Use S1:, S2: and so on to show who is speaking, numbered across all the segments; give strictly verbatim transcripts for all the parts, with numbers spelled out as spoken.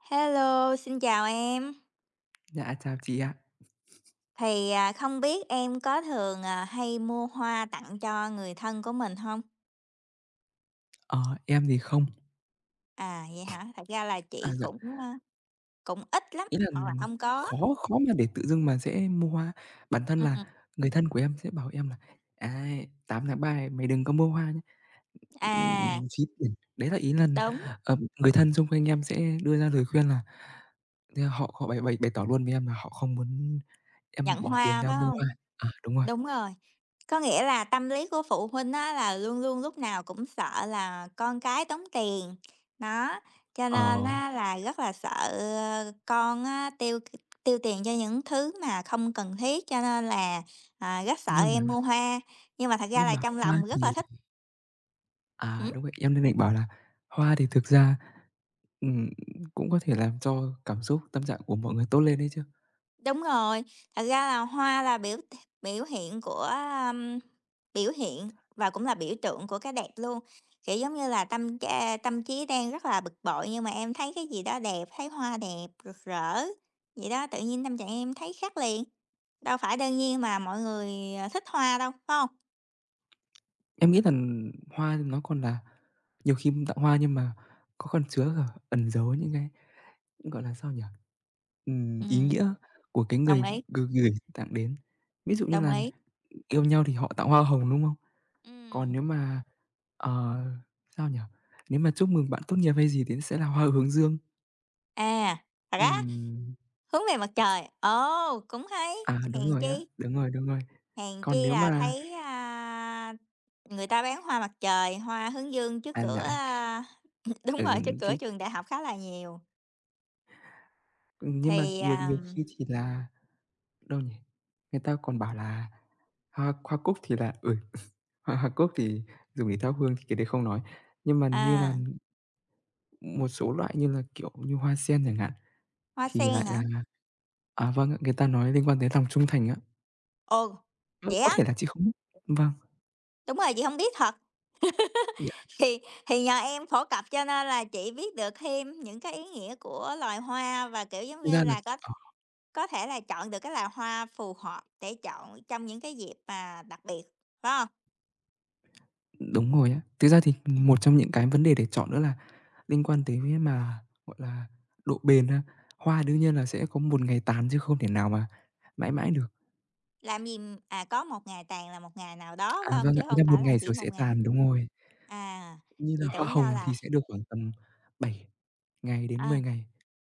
S1: Hello, xin chào em.
S2: Dạ, chào chị ạ.
S1: Thì, à, không biết em có thường, à, hay mua hoa tặng cho người thân của mình không?
S2: Ờ, em thì không.
S1: À, vậy hả? Thật ra là
S2: À,
S1: chị
S2: dạ,
S1: cũng, a, cũng ít lắm,
S2: ý là
S1: hoặc là không có.
S2: khó khó mà để tự dưng mà sẽ mua hoa. Bản thân là
S1: Ừm,
S2: người thân của em sẽ bảo em là: "À, ngày tám tháng ba này mày đừng có mua hoa nhé.
S1: à,
S2: Ừm, phí tiền." Đấy là ý là,
S1: đúng,
S2: ờ, người thân xung quanh em sẽ đưa ra lời khuyên là thế là họ họ bày bày bày tỏ luôn với em là họ không muốn em
S1: nhận
S2: bỏ tiền
S1: hoa,
S2: ra
S1: phải
S2: mua
S1: không?
S2: hoa. À, đúng rồi.
S1: Đúng rồi. Có nghĩa là tâm lý của phụ huynh á là luôn luôn lúc nào cũng sợ là con cái tốn tiền, đó, cho nên
S2: Ờ,
S1: á là rất là sợ, con á tiêu tiêu tiền cho những thứ mà không cần thiết, cho nên là, à, rất sợ
S2: nhưng mà
S1: em mua hoa, nhưng mà thật ra
S2: nhưng
S1: là
S2: mà
S1: trong
S2: hoa
S1: lòng rất là
S2: thì
S1: thích.
S2: à,
S1: Ừm.
S2: đúng rồi, em nên định bảo là hoa thì thực ra Ừm, cũng có thể làm cho cảm xúc, tâm trạng của mọi người tốt lên đấy chứ.
S1: Đúng rồi, thật ra là hoa là biểu t biểu hiện của, ờm, biểu hiện và cũng là biểu tượng của cái đẹp luôn. Kiểu, giống như là, tâm tra tâm trí đang rất là bực bội nhưng mà em thấy cái gì đó đẹp, thấy hoa đẹp, rực rỡ, vậy đó, tự nhiên tâm trạng em thấy khác liền. Đâu phải đương nhiên mà mọi người, ờ, thích hoa đâu, phải không?
S2: Em nghĩ là hoa nó còn là nhiều khi tặng hoa nhưng mà có còn chứa cả ẩn giấu những cái, gọi là, sao nhỉ? Ừm, ý
S1: Ừm,
S2: nghĩa của cái
S1: đồng
S2: người
S1: ý,
S2: g gửi tặng đến. Ví dụ như
S1: đồng
S2: là
S1: ý.
S2: yêu nhau thì họ tặng hoa hồng, đúng không?
S1: Ừm,
S2: Còn nếu mà, ờ, sao nhỉ? Nếu mà chúc mừng bạn tốt nghiệp hay gì thì sẽ là hoa hướng dương.
S1: à, thật á,
S2: Ừm,
S1: hướng về mặt trời, ồ, cũng hay,
S2: à, Đúng
S1: hèn
S2: rồi á,
S1: chi.
S2: đúng rồi, đúng rồi.
S1: Hèn
S2: Còn
S1: chi
S2: nếu
S1: là
S2: mà
S1: thấy, a, người ta bán hoa mặt trời, hoa hướng dương trước
S2: à,
S1: cửa,
S2: dạ,
S1: a đúng
S2: ừ.
S1: rồi, trước
S2: chứ
S1: cửa trường đại học khá là nhiều.
S2: nhưng mà
S1: Thì,
S2: nhiều
S1: à
S2: nhiều khi thì là đâu nhỉ? Người ta còn bảo là hoa hoa cúc thì là ừ, hoa hoa cúc thì dùng để thắp hương thì cái đấy không nói, nhưng mà như là
S1: à,
S2: một số loại như là, kiểu như, hoa sen chẳng hạn,
S1: hoa
S2: thì
S1: sen
S2: lại là
S1: hả?
S2: à, vâng ạ, người ta nói liên quan tới lòng trung thành á.
S1: Ồ,
S2: Ơ,
S1: vậy
S2: có
S1: á?
S2: thể là chị không biết. Vâng,
S1: Đúng rồi, chị không biết thật.
S2: dạ,
S1: Thì thì nhờ em phổ cập cho nên là chị biết được thêm những cái ý nghĩa của loài hoa và, kiểu, giống
S2: thực
S1: như
S2: ra là
S1: là, có
S2: ờ,
S1: có thể là chọn được cái loài hoa phù hợp để chọn trong những cái dịp mà đặc biệt, phải không?
S2: đúng rồi á. Thực ra thì
S1: Ừm.
S2: một trong những cái vấn đề để chọn nữa là liên quan tới cái mà, gọi là, độ bền ha. Hoa đương nhiên là sẽ có một ngày tàn chứ không thể nào mà mãi mãi được.
S1: Làm gì, ừm, à, có một ngày tàn là một ngày nào đó,
S2: À,
S1: phải không?
S2: vâng
S1: Chứ
S2: ạ, ý
S1: không
S2: là
S1: phải
S2: một
S1: là
S2: ngày
S1: chỉ
S2: rồi
S1: một
S2: sẽ
S1: ngày.
S2: tàn, đúng rồi.
S1: À,
S2: Như là
S1: chị
S2: hoa
S1: tưởng
S2: hồng
S1: đâu là
S2: thì sẽ được khoảng tầm bảy ngày đến
S1: ờ,
S2: mười ngày.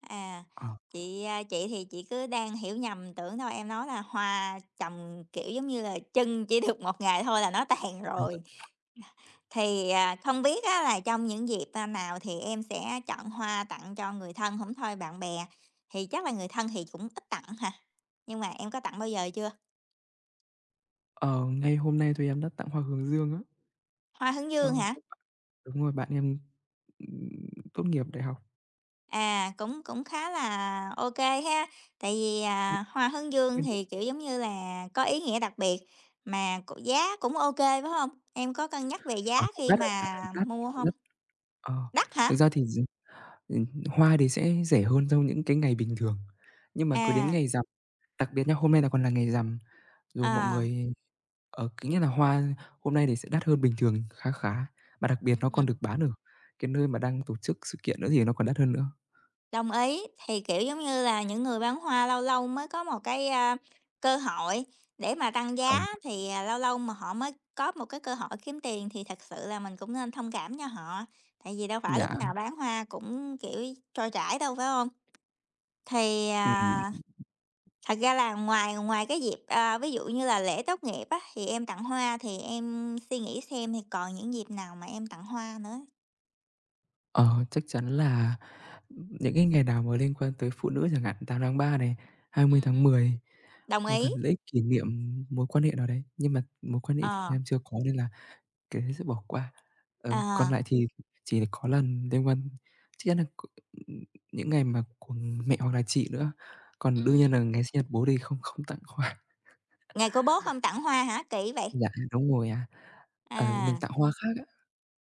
S1: à,
S2: Ờ,
S1: chị, a, chị thì chị cứ đang hiểu nhầm, tưởng đâu em nói là hoa trồng, kiểu, giống như là chân chỉ được một ngày thôi là nó tàn
S2: mình
S1: rồi.
S2: chọn
S1: Thì, à, không biết á là trong những dịp, a, nào thì em sẽ chọn hoa tặng cho người thân không thôi bạn bè thì chắc là người thân thì cũng ít tặng hả? Nhưng mà em có tặng bao giờ chưa?
S2: Ờ, Ngay hôm nay thì em đã tặng hoa hướng dương á,
S1: Hoa hướng dương
S2: cho
S1: hả?
S2: cho bạn, đúng rồi, bạn em, ừm, tốt nghiệp đại học.
S1: À, cũng cũng khá là ok ha, tại vì, à, hoa hướng dương thì, kiểu, giống như là, có ý nghĩa đặc biệt mà c giá cũng ok phải không? Em có cân nhắc về giá
S2: Ờ, Cũng
S1: khi
S2: đắt á chị ạ,
S1: mà
S2: cũng đắt,
S1: mua không?
S2: cũng
S1: Hông?
S2: đắt. Ờ,
S1: Đắt hả?
S2: thực
S1: Đắt.
S2: ra thì d ừm, hoa thì sẽ rẻ hơn trong những cái ngày bình thường, nhưng mà cứ đến
S1: À,
S2: ngày rằm, đặc biệt nhá, hôm nay là còn là ngày rằm,
S1: ừ.
S2: rồi mọi người, Ờ, cái nghĩa là hoa hôm nay thì sẽ đắt hơn bình thường khá khá, mà đặc biệt nó còn được bán ở cái nơi mà đang tổ chức sự kiện nữa thì nó còn đắt hơn nữa.
S1: Đồng ý, thì, kiểu, giống như là, những người bán hoa lâu lâu mới có một cái, a, cơ hội để mà tăng
S2: Ờ.
S1: giá, thì, à, lâu lâu mà họ mới có một cái cơ hội kiếm tiền thì thật sự là mình cũng nên thông cảm cho họ, tại vì đâu phải
S2: Dạ,
S1: lúc nào bán hoa cũng, kiểu, trôi chảy đâu, phải không? Thì, à,
S2: ừm,
S1: thật ra là ngoài ngoài cái dịp, à, ví dụ như là lễ tốt nghiệp á, thì em tặng hoa thì em suy nghĩ xem thì còn những dịp nào mà em tặng hoa nữa.
S2: ờ, chắc chắn là những cái ngày nào mà liên quan tới phụ nữ chẳng hạn, mùng tám tháng ba này,
S1: Ừm.
S2: ngày hai mươi tháng mười,
S1: Đồng
S2: hoặc là
S1: ý,
S2: lễ kỷ niệm mối quan hệ nào đấy, nhưng mà mối quan hệ thì
S1: ờ,
S2: em chưa có nên là cái đấy sẽ bỏ qua. Ờ, còn
S1: à.
S2: lại thì chỉ có lần liên quan chắc chắn là c ừm, những ngày mà của mẹ hoặc là chị nữa. Còn đương
S1: Ừm.
S2: nhiên là ngày sinh nhật bố thì không không tặng hoa.
S1: Ngày của bố không tặng hoa hả? Kỹ vậy.
S2: Dạ, đúng rồi ạ. Ờ, mình
S1: À,
S2: tặng hoa khác ạ,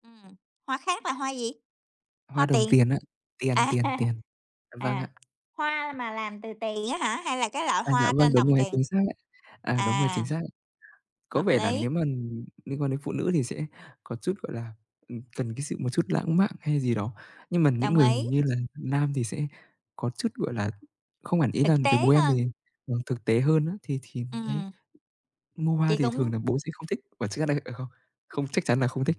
S1: ừm, hoa khác là hoa gì? Hoa
S2: hoa đồng
S1: tiền?
S2: tiền á. Tiền,
S1: À,
S2: tiền, tiền. Vâng ạ.
S1: à, hoa mà làm từ tiền á hả? Hay là cái loại
S2: À, dạ
S1: hoa
S2: vâng,
S1: trên
S2: đúng
S1: đồng
S2: rồi,
S1: tiền?
S2: chính xác ạ. À, đúng rồi,
S1: À,
S2: chính xác. Có
S1: hợp
S2: vẻ là
S1: lý,
S2: nếu mà liên quan đến phụ nữ thì sẽ có chút, gọi là, ừm, cần cái sự một chút lãng mạn hay gì đó, nhưng mà những
S1: đồng
S2: người
S1: ý,
S2: như là nam thì sẽ có chút, gọi là, không hẳn ý
S1: thực
S2: là về bố
S1: tế
S2: em
S1: hơn.
S2: thì, ờ, thực tế hơn á, thì thì đấy,
S1: Ừm,
S2: mua hoa
S1: chị
S2: thì
S1: cũng
S2: thường là bố sẽ không thích và chắc là ờ, không, không chắc chắn là không thích,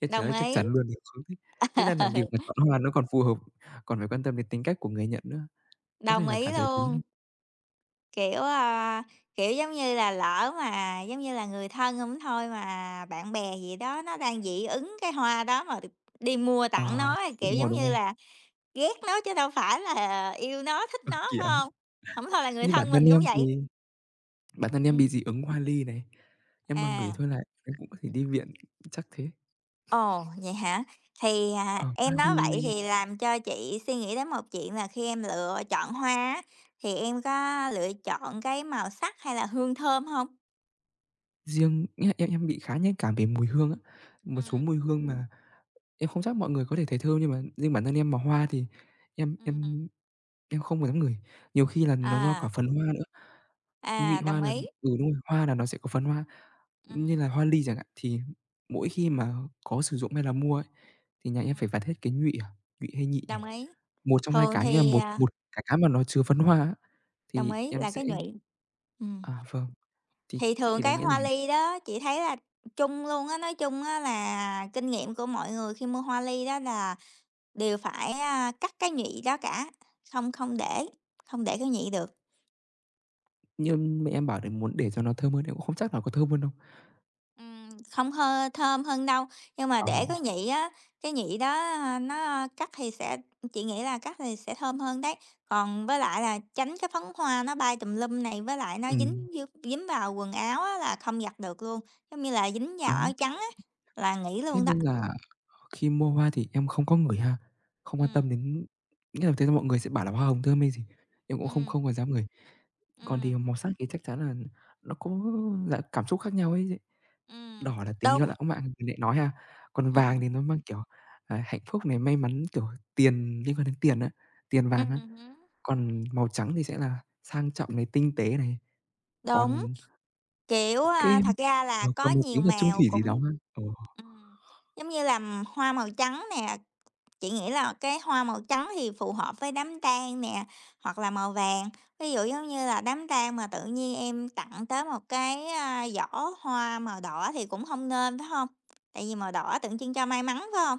S2: em chỉ
S1: đồng
S2: nói chắc
S1: ý.
S2: chắn luôn là không thích. Thế nên là việc mà chọn hoa nó còn phù hợp, còn phải quan tâm đến tính cách của người nhận nữa, có thể
S1: Đồng
S2: là
S1: ý
S2: cả giới tính.
S1: luôn, kiểu, ờ, kiểu, giống như là, lỡ mà, giống như là, người thân hông thôi mà bạn bè gì đó nó đang dị ứng cái hoa đó mà đi mua
S2: Ờ,
S1: tặng nó, kiểu,
S2: Đúng rồi,
S1: giống
S2: đúng
S1: như
S2: rồi.
S1: là Ghét nó chứ đâu phải là yêu nó, thích nó,
S2: Kiểu,
S1: phải hông? Hổng thôi là người
S2: như bản
S1: thân
S2: thân
S1: mình cũng
S2: em thì
S1: vậy.
S2: bản thân em
S1: Ừm,
S2: bị dị ứng hoa ly này, em mà ngửi
S1: à,
S2: thôi là em cũng có thể đi viện, chắc thế.
S1: ồ, vậy hả? Thì, à,
S2: Ờ, Hoa
S1: em
S2: ly
S1: nói vậy thì làm cho chị suy nghĩ đến một chuyện là khi em lựa chọn hoa á, thì em có lựa chọn cái màu sắc hay là hương thơm hông?
S2: riêng nghĩa là em em bị khá nhạy cảm về mùi hương á, một số
S1: Ừm,
S2: mùi hương mà em không chắc mọi người có thể thấy thơm nhưng mà riêng bản thân em mà hoa thì em
S1: ừm,
S2: em em không có dám ngửi, nhiều khi là nó do cả
S1: à,
S2: phần hoa nữa. Nhụy
S1: à, đồng
S2: hoa là
S1: ý.
S2: ừ, đúng rồi, hoa là nó sẽ có phấn hoa, như
S1: Ừm,
S2: là hoa ly chẳng hạn, thì mỗi khi mà có sử dụng hay là mua ấy, thì nhà em
S1: ừm,
S2: phải vặt hết cái nhụy, à, nhụy hay nhị nhỉ?
S1: đồng ý.
S2: Một trong hai
S1: Thường
S2: cái, nghĩa là
S1: thì,
S2: một
S1: à
S2: một cái mà nó chứa phấn hoa á,
S1: đồng
S2: thì
S1: ý,
S2: em
S1: là
S2: sẽ.
S1: cái nhụy. Ừm.
S2: À, vâng, thì
S1: Thì thường
S2: thì đáng
S1: cái
S2: nghĩa là
S1: hoa ly đó, chị thấy là chung luôn á, nói chung á là kinh nghiệm của mọi người khi mua hoa ly đó là đều phải, a, cắt cái nhụy đó cả, không không để không để cái nhụy được.
S2: như mẹ em bảo để muốn để cho nó thơm hơn, em cũng không chắc là có thơm hơn không.
S1: Ừm, không hơ thơm hơn đâu, nhưng mà
S2: Ờ,
S1: để cái nhụy á, cái nhụy đó, a, nó cắt thì sẽ chị nghĩ là cắt thì sẽ thơm hơn đấy. Còn với lại là tránh cái phấn hoa nó bay tùm lum này, với lại nó dính
S2: ừm,
S1: díu dính vào quần áo á là không giặt được luôn, giống như là dính vào
S2: Đó.
S1: áo trắng á, là nghỉ
S2: Thế
S1: luôn đó.
S2: nên là khi mua hoa thì em không có ngửi ha, không quan
S1: Ừm.
S2: tâm đến, nghĩa là thế là mọi người sẽ bảo là hoa hồng thơm hay gì, em cũng
S1: ừ
S2: không không có dám ngửi.
S1: ừ
S2: Còn thì màu sắc thì chắc chắn là nó có dạng cảm xúc khác nhau ấy chị.
S1: ừ
S2: Đỏ là tình
S1: đúng,
S2: yêu lãng mạn mình lại nói ha, còn vàng
S1: ừm,
S2: thì nó mang, kiểu, à, hạnh phúc này, may mắn, kiểu, tiền liên quan đến tiền á, tiền vàng
S1: ừm
S2: á.
S1: hứm,
S2: Còn màu trắng thì sẽ là sang trọng này, tinh tế này,
S1: đúng,
S2: còn
S1: kiểu,
S2: có cái,
S1: a, thật ra là
S2: ờ,
S1: có
S2: còn một
S1: nhiều
S2: tím là chung
S1: màu
S2: thủy gì đó
S1: cũng
S2: ha. Ừ.
S1: ừm, giống như là m- hoa màu trắng nè, chị nghĩ là cái hoa màu trắng thì phù hợp với đám tang nè, hoặc là màu vàng. Ví dụ giống như là đám tang mà tự nhiên em tặng tới một cái, a, giỏ hoa màu đỏ thì cũng không nên, phải không? Tại vì màu đỏ tượng trưng cho may mắn, phải không?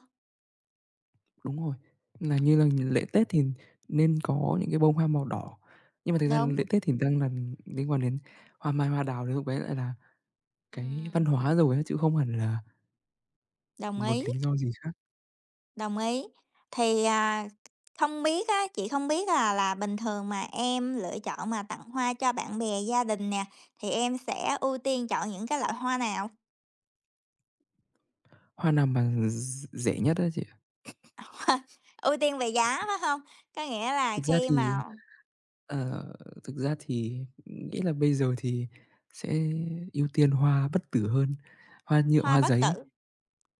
S2: Đúng rồi, là như là
S1: Ừm,
S2: lễ Tết thì nên có những cái bông hoa màu đỏ, nhưng mà thực ra
S1: đúng,
S2: lễ Tết thì đang là liên quan đến hoa mai, hoa đào thì lúc đấy lại là cái văn
S1: ừm,
S2: hóa rồi á, chứ không hẳn là
S1: đồng
S2: một
S1: ý.
S2: lý do gì khác.
S1: Đồng ý. Thì, à, không biết á, chị không biết là là bình thường mà em lựa chọn mà tặng hoa cho bạn bè, gia đình nè, thì em sẽ ưu tiên chọn những cái loại hoa nào?
S2: Hoa nào mà d rẻ nhất á chị ạ.
S1: ưu tiên về giá, phải không? Có nghĩa là
S2: Thực ra
S1: khi
S2: thì,
S1: mà
S2: ờ, Thực ra thì nghĩ là bây giờ thì sẽ ưu tiên hoa bất tử hơn, hoa nhựa,
S1: hoa
S2: hoa
S1: bất
S2: giấy.
S1: tử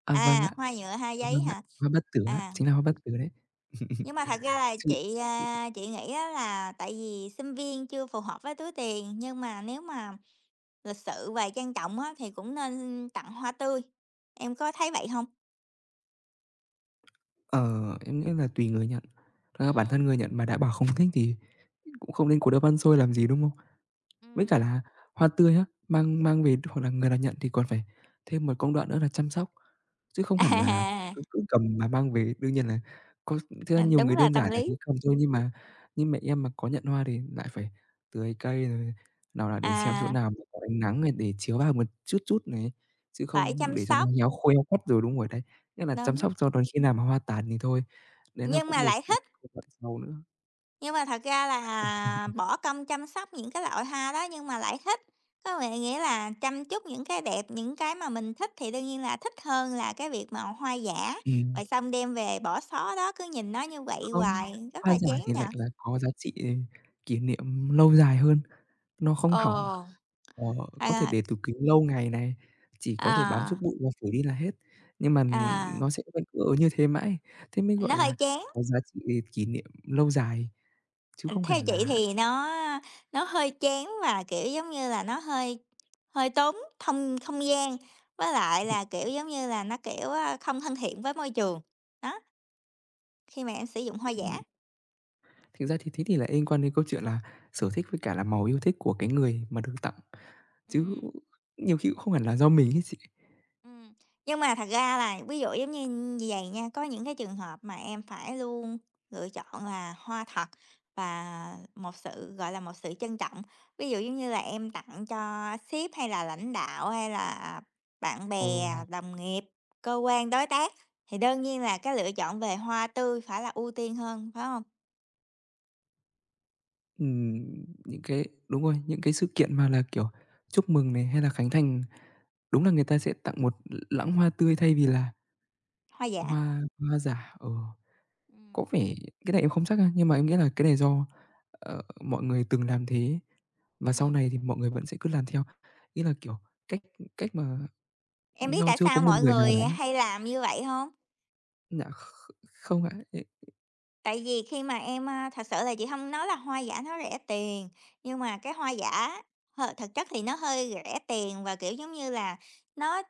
S2: À, vâng ạ,
S1: à, hoa nhựa hai giấy
S2: vâng ạ,
S1: hả?
S2: hoa bất tử á,
S1: À,
S2: chính là hoa bất tử đấy.
S1: nhưng mà thật ra là
S2: Chứ
S1: chị, à, chị nghĩ á là tại vì sinh viên chưa phù hợp với túi tiền, nhưng mà nếu mà lịch sự và trang trọng á, thì cũng nên tặng hoa tươi. Em có thấy vậy không?
S2: Ờ, em nghĩ là tùy người nhận. Thật ra bản
S1: Ừm,
S2: thân người nhận mà đã bảo không thích thì cũng không nên cố đeo băn xôi làm gì, đúng không? Với cả
S1: ừm.
S2: là hoa tươi á, mang mang về hoặc là người nào nhận thì còn phải thêm một công đoạn nữa là chăm sóc, chứ không hẳn là
S1: À,
S2: cứ cứ cầm mà mang về. Đương nhiên là có, thực ra
S1: à,
S2: nhiều
S1: đúng
S2: người
S1: là
S2: đơn
S1: tâm
S2: giản là
S1: lý,
S2: cứ cầm thôi, nhưng mà như mẹ em mà có nhận hoa thì lại phải tưới cây, rồi nào là để xem chỗ
S1: à,
S2: nào mà có ánh nắng này để chiếu vào một chút chút này, chứ
S1: phải
S2: không
S1: chăm
S2: để cho nó
S1: sóc,
S2: héo khô héo quắt rồi đúng rồi đấy. Nghĩa là chăm
S1: đúng,
S2: sóc cho đến khi nào mà hoa tàn thì thôi, đấy là
S1: nhưng
S2: cũng
S1: mà
S2: một
S1: lại
S2: một
S1: thích,
S2: công đoạn sau nữa.
S1: nhưng mà thật ra là à, bỏ công chăm sóc những cái loại hoa đó nhưng mà lại thích. Có vẻ nghĩa là chăm chút những cái đẹp, những cái mà mình thích thì đương nhiên là thích hơn là cái việc mà hoa giả,
S2: Ừm.
S1: rồi xong đem về bỏ xó đó, cứ nhìn nó như vậy
S2: Không,
S1: hoài, rất
S2: hoa
S1: là
S2: giả
S1: chán
S2: thì
S1: nhỉ?
S2: lại là có giá trị kỷ niệm lâu dài hơn, nó không hỏng,
S1: Ờ,
S2: ờ, có thể
S1: à,
S2: để tủ kính lâu ngày này, chỉ có thể bám chút
S1: à,
S2: bụi và phủi đi là hết, nhưng mà
S1: à,
S2: nó sẽ vẫn cứ ở như thế mãi, thế mới
S1: nó
S2: gọi
S1: hơi
S2: là
S1: chán.
S2: có giá trị kỷ niệm lâu dài, chứ
S1: Ừ,
S2: không
S1: Theo
S2: hẳn
S1: chị
S2: là.
S1: thì nó nó hơi chán và kiểu giống như là nó hơi hơi tốn không không gian với lại là kiểu giống như là nó kiểu à, không thân thiện với môi trường đó khi mà em sử dụng hoa giả.
S2: ừm, Thực ra thì thế thì lại liên quan đến câu chuyện là sở thích với cả là màu yêu thích của cái người mà được tặng,
S1: Ừ.
S2: chứ nhiều khi cũng không hẳn là do mình ấy chị.
S1: Ừm, nhưng mà thật ra là ví dụ giống như như vầy nha, có những cái trường hợp mà em phải luôn lựa chọn là hoa thật và một sự, gọi là, một sự trân trọng. Ví dụ giống như là em tặng cho sếp hay là lãnh đạo hay là bạn
S2: Ờ.
S1: bè, đồng nghiệp, cơ quan đối tác thì đương nhiên là cái lựa chọn về hoa tươi phải là ưu tiên hơn, phải không?
S2: Ừm, những cái đúng rồi, những cái sự kiện mà là, kiểu, chúc mừng này hay là khánh thành, đúng là người ta sẽ tặng một l lẵng hoa tươi thay vì là
S1: Hoa giả.
S2: hoa hoa giả. Ờ, có
S1: Ừm,
S2: vẻ cái này em không chắc ha, nhưng mà em nghĩ là cái này do, ờ, mọi người từng làm thế và sau
S1: ừm.
S2: này thì mọi người vẫn sẽ cứ làm theo. Ý là, kiểu, cách cách mà
S1: Em biết
S2: do
S1: tại
S2: chưa có
S1: sao
S2: một
S1: mọi
S2: người nào
S1: người
S2: đó,
S1: hay làm như vậy không?
S2: dạ, kh không ạ, ê
S1: Tại vì khi mà em, a thật sự là chị không nói là hoa giả nó rẻ tiền, nhưng mà cái hoa giả hơi thực chất thì nó hơi rẻ tiền và, kiểu, giống như là, nó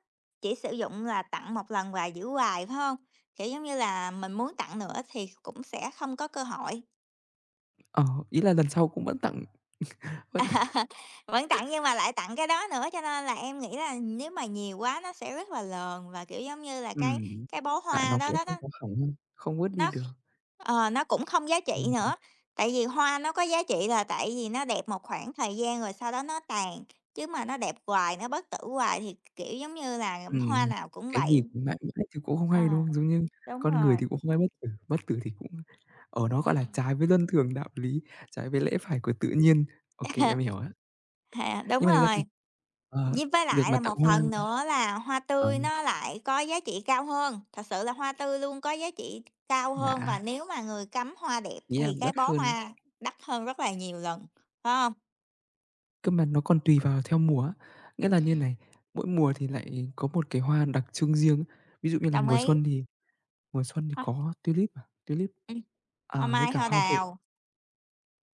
S1: chỉ sử dụng là tặng một lần và giữ hoài, phải không? Kiểu, giống như là, mình muốn tặng nữa thì cũng sẽ không có cơ hội.
S2: ờ, ý là lần sau cũng vẫn tặng vẫn.
S1: Vẫn tặng nhưng mà lại tặng cái đó nữa, cho nên là em nghĩ là nếu mà nhiều quá nó sẽ rất là lờn và, kiểu, giống như là, cái
S2: ừm,
S1: cái bó
S2: Tại
S1: hoa
S2: nó
S1: đó
S2: cũng
S1: đó
S2: không
S1: đó
S2: có hỏng, không vứt đi
S1: Nó
S2: được.
S1: ờ, nó cũng không giá trị nữa, tại vì hoa nó có giá trị là tại vì nó đẹp một khoảng thời gian rồi sau đó nó tàn, chứ mà nó đẹp hoài, nó bất tử hoài thì, kiểu, giống như là hoa
S2: Ừm,
S1: nào cũng
S2: cái
S1: vậy.
S2: gì cũng mãi mãi thì cũng không hay, đúng
S1: Ờ,
S2: không? Giống như
S1: đúng
S2: con người
S1: rồi,
S2: thì cũng không ai bất tử, bất tử thì cũng ờ, nó, gọi là,
S1: ừm.
S2: trái với luân thường đạo lý, trái với lẽ phải của tự nhiên. Ô kê, em hiểu á.
S1: Hà đúng
S2: Nhưng mà thực ra thì,
S1: rồi,
S2: ờ,
S1: với với
S2: việc
S1: lại
S2: mà
S1: là
S2: tặng
S1: một
S2: hoa
S1: phần nữa là hoa
S2: ờ,
S1: tươi nó lại có giá trị cao hơn, thật sự là hoa tươi luôn có giá trị cao hơn và
S2: dạ,
S1: nếu mà người cắm hoa đẹp
S2: ý em
S1: thì cái
S2: đắt
S1: bó
S2: hơn,
S1: hoa đắt hơn rất là nhiều lần, phải không?
S2: cơ mà nó còn tùy vào theo mùa á. Nghĩa là như
S1: Ừm.
S2: này, mỗi mùa thì lại có một cái hoa đặc trưng riêng. Ví dụ như là
S1: Đồng
S2: mùa
S1: ý,
S2: xuân thì mùa xuân thì
S1: hoa
S2: có tulip à, tulip,
S1: ừm, hoa
S2: à với
S1: mai,
S2: cả
S1: hoa
S2: hoa huệ.
S1: đào,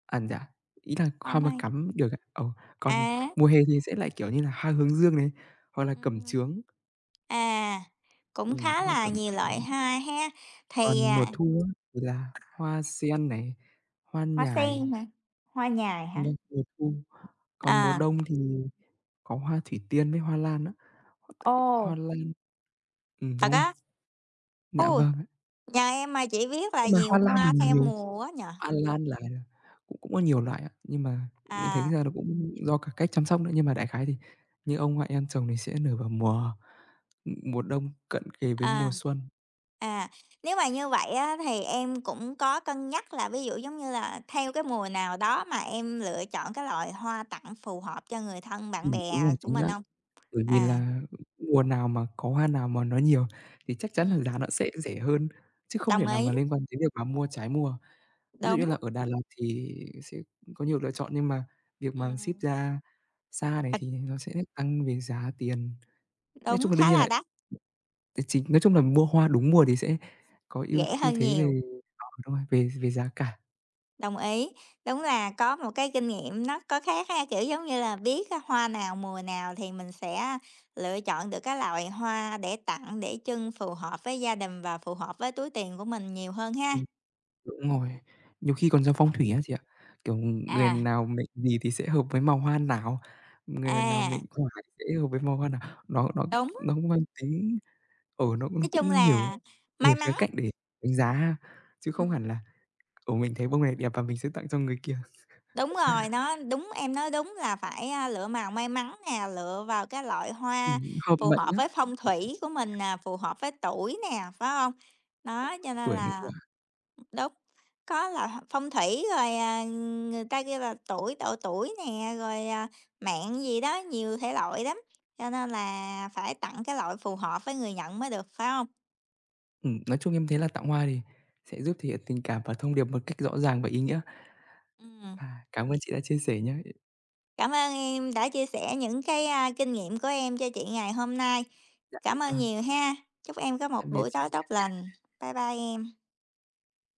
S2: À, dạ, ý là
S1: hoa
S2: hoa mà
S1: mai
S2: cắm được ạ. Ờ, Còn
S1: à,
S2: mùa hè thì sẽ lại, kiểu như là, hoa hướng dương này, hoặc là cẩm
S1: ừm,
S2: chướng,
S1: à, cũng
S2: ừm,
S1: khá
S2: hoa
S1: là
S2: cẩm
S1: nhiều loại
S2: chướng.
S1: hoa ha. Thì,
S2: Còn
S1: à,
S2: mùa thu á thì là hoa sen này, hoa
S1: hoa sen
S2: nhài,
S1: hả? Hoa nhài
S2: ừm,
S1: hả?
S2: mùa thu. Còn mùa
S1: À,
S2: đông thì có hoa thủy tiên với hoa lan á. Hoa t Hoa
S1: ô
S2: lan, ừm,
S1: thật
S2: đúng rồi,
S1: á?
S2: dạ
S1: Ui
S2: vâng ạ.
S1: nhà em mà chỉ biết là
S2: Nhưng mà
S1: nhiều
S2: hoa lan thì
S1: hoa theo
S2: nhiều,
S1: mùa á nhở
S2: hoa lan là cũng cũng có nhiều loại ạ, nhưng mà mình thấy
S1: À,
S2: ra nó cũng do cả cách chăm sóc nữa. Nhưng mà đại khái thì như ông ngoại em trồng thì sẽ nở vào mùa Mùa đông cận kề với mùa
S1: à,
S2: xuân.
S1: à, nếu mà như vậy á thì em cũng có cân nhắc là ví dụ, giống như là, theo cái mùa nào đó mà em lựa chọn cái loại hoa tặng phù hợp cho người thân, bạn
S2: Ừm, đúng
S1: bè
S2: rồi,
S1: của
S2: chính
S1: mình
S2: xác.
S1: không?
S2: Bởi vì
S1: À.
S2: là mùa nào mà có hoa nào mà nó nhiều thì chắc chắn là
S1: Ừm,
S2: giá nó sẽ rẻ hơn, chứ không
S1: đồng
S2: thể nào
S1: ý,
S2: mà liên quan đến việc mà mua trái mùa. Ví dụ như
S1: đúng,
S2: là ở Đà Lạt thì sẽ có nhiều lựa chọn, nhưng mà việc mà ship
S1: ừm,
S2: ra xa này
S1: thật
S2: thì nó sẽ tăng về giá tiền. Nói
S1: đúng,
S2: chung là đương
S1: khá
S2: nhiên
S1: là
S2: là
S1: đắt,
S2: tài chính nói chung là mua hoa đúng mùa thì sẽ có ưu
S1: rẻ
S2: ưu
S1: hơn
S2: thế
S1: nhiều,
S2: về ờ, đúng rồi, về về giá cả.
S1: đồng ý. Đúng là có một cái kinh nghiệm nó có khác ha, kiểu, giống như là, biết cái hoa nào mùa nào thì mình sẽ lựa chọn được cái loại hoa để tặng, để trưng phù hợp với gia đình và phù hợp với túi tiền của mình nhiều hơn ha.
S2: Ừm. Đúng rồi, nhiều khi
S1: Ừm,
S2: còn ra phong thủy á chị ạ. Kiểu, người
S1: à,
S2: nào mệnh gì thì sẽ hợp với màu hoa nào, người nào mệnh
S1: à,
S2: hỏa thì sẽ hợp với màu hoa nào. Nó nó
S1: đúng,
S2: nó cũng mang tính, ở nó nó
S1: nói
S2: cũng
S1: chung
S2: nhiều
S1: là may
S2: nhiều khía
S1: mắn,
S2: cạnh để đánh giá ha, chứ không hẳn
S1: ừm.
S2: là, ở mình thấy bông này đẹp và mình sẽ tặng cho người kia.
S1: Đúng rồi, nó đúng em nói đúng là phải, a, lựa màu may mắn nè, lựa vào cái loại hoa
S2: Ừm, Hợp
S1: phù
S2: mệnh
S1: hợp
S2: á,
S1: với phong thủy của mình nè, phù hợp với tuổi nè, phải không? Đó, cho nên
S2: tuổi nữa cơ
S1: là
S2: ạ.
S1: đúng, có là phong thủy rồi, à, người ta kêu là tuổi độ tuổi nè, rồi, à, mạng gì đó, nhiều thể loại lắm, cho nên là phải tặng cái loại phù hợp với người nhận mới được, phải không?
S2: Ừm, nói chung em thấy là tặng hoa thì sẽ giúp thể hiện tình cảm và thông điệp một cách rõ ràng và ý nghĩa.
S1: Ừm.
S2: À, cảm ơn chị đã chia sẻ nhé.
S1: Cảm ơn em đã chia sẻ những cái, a, kinh nghiệm của em cho chị ngày hôm nay.
S2: Dạ,
S1: Cảm ơn
S2: vâng,
S1: nhiều ha. Chúc em có một
S2: tạm biệt
S1: buổi tối tốt
S2: chị
S1: lành. Bye bye em.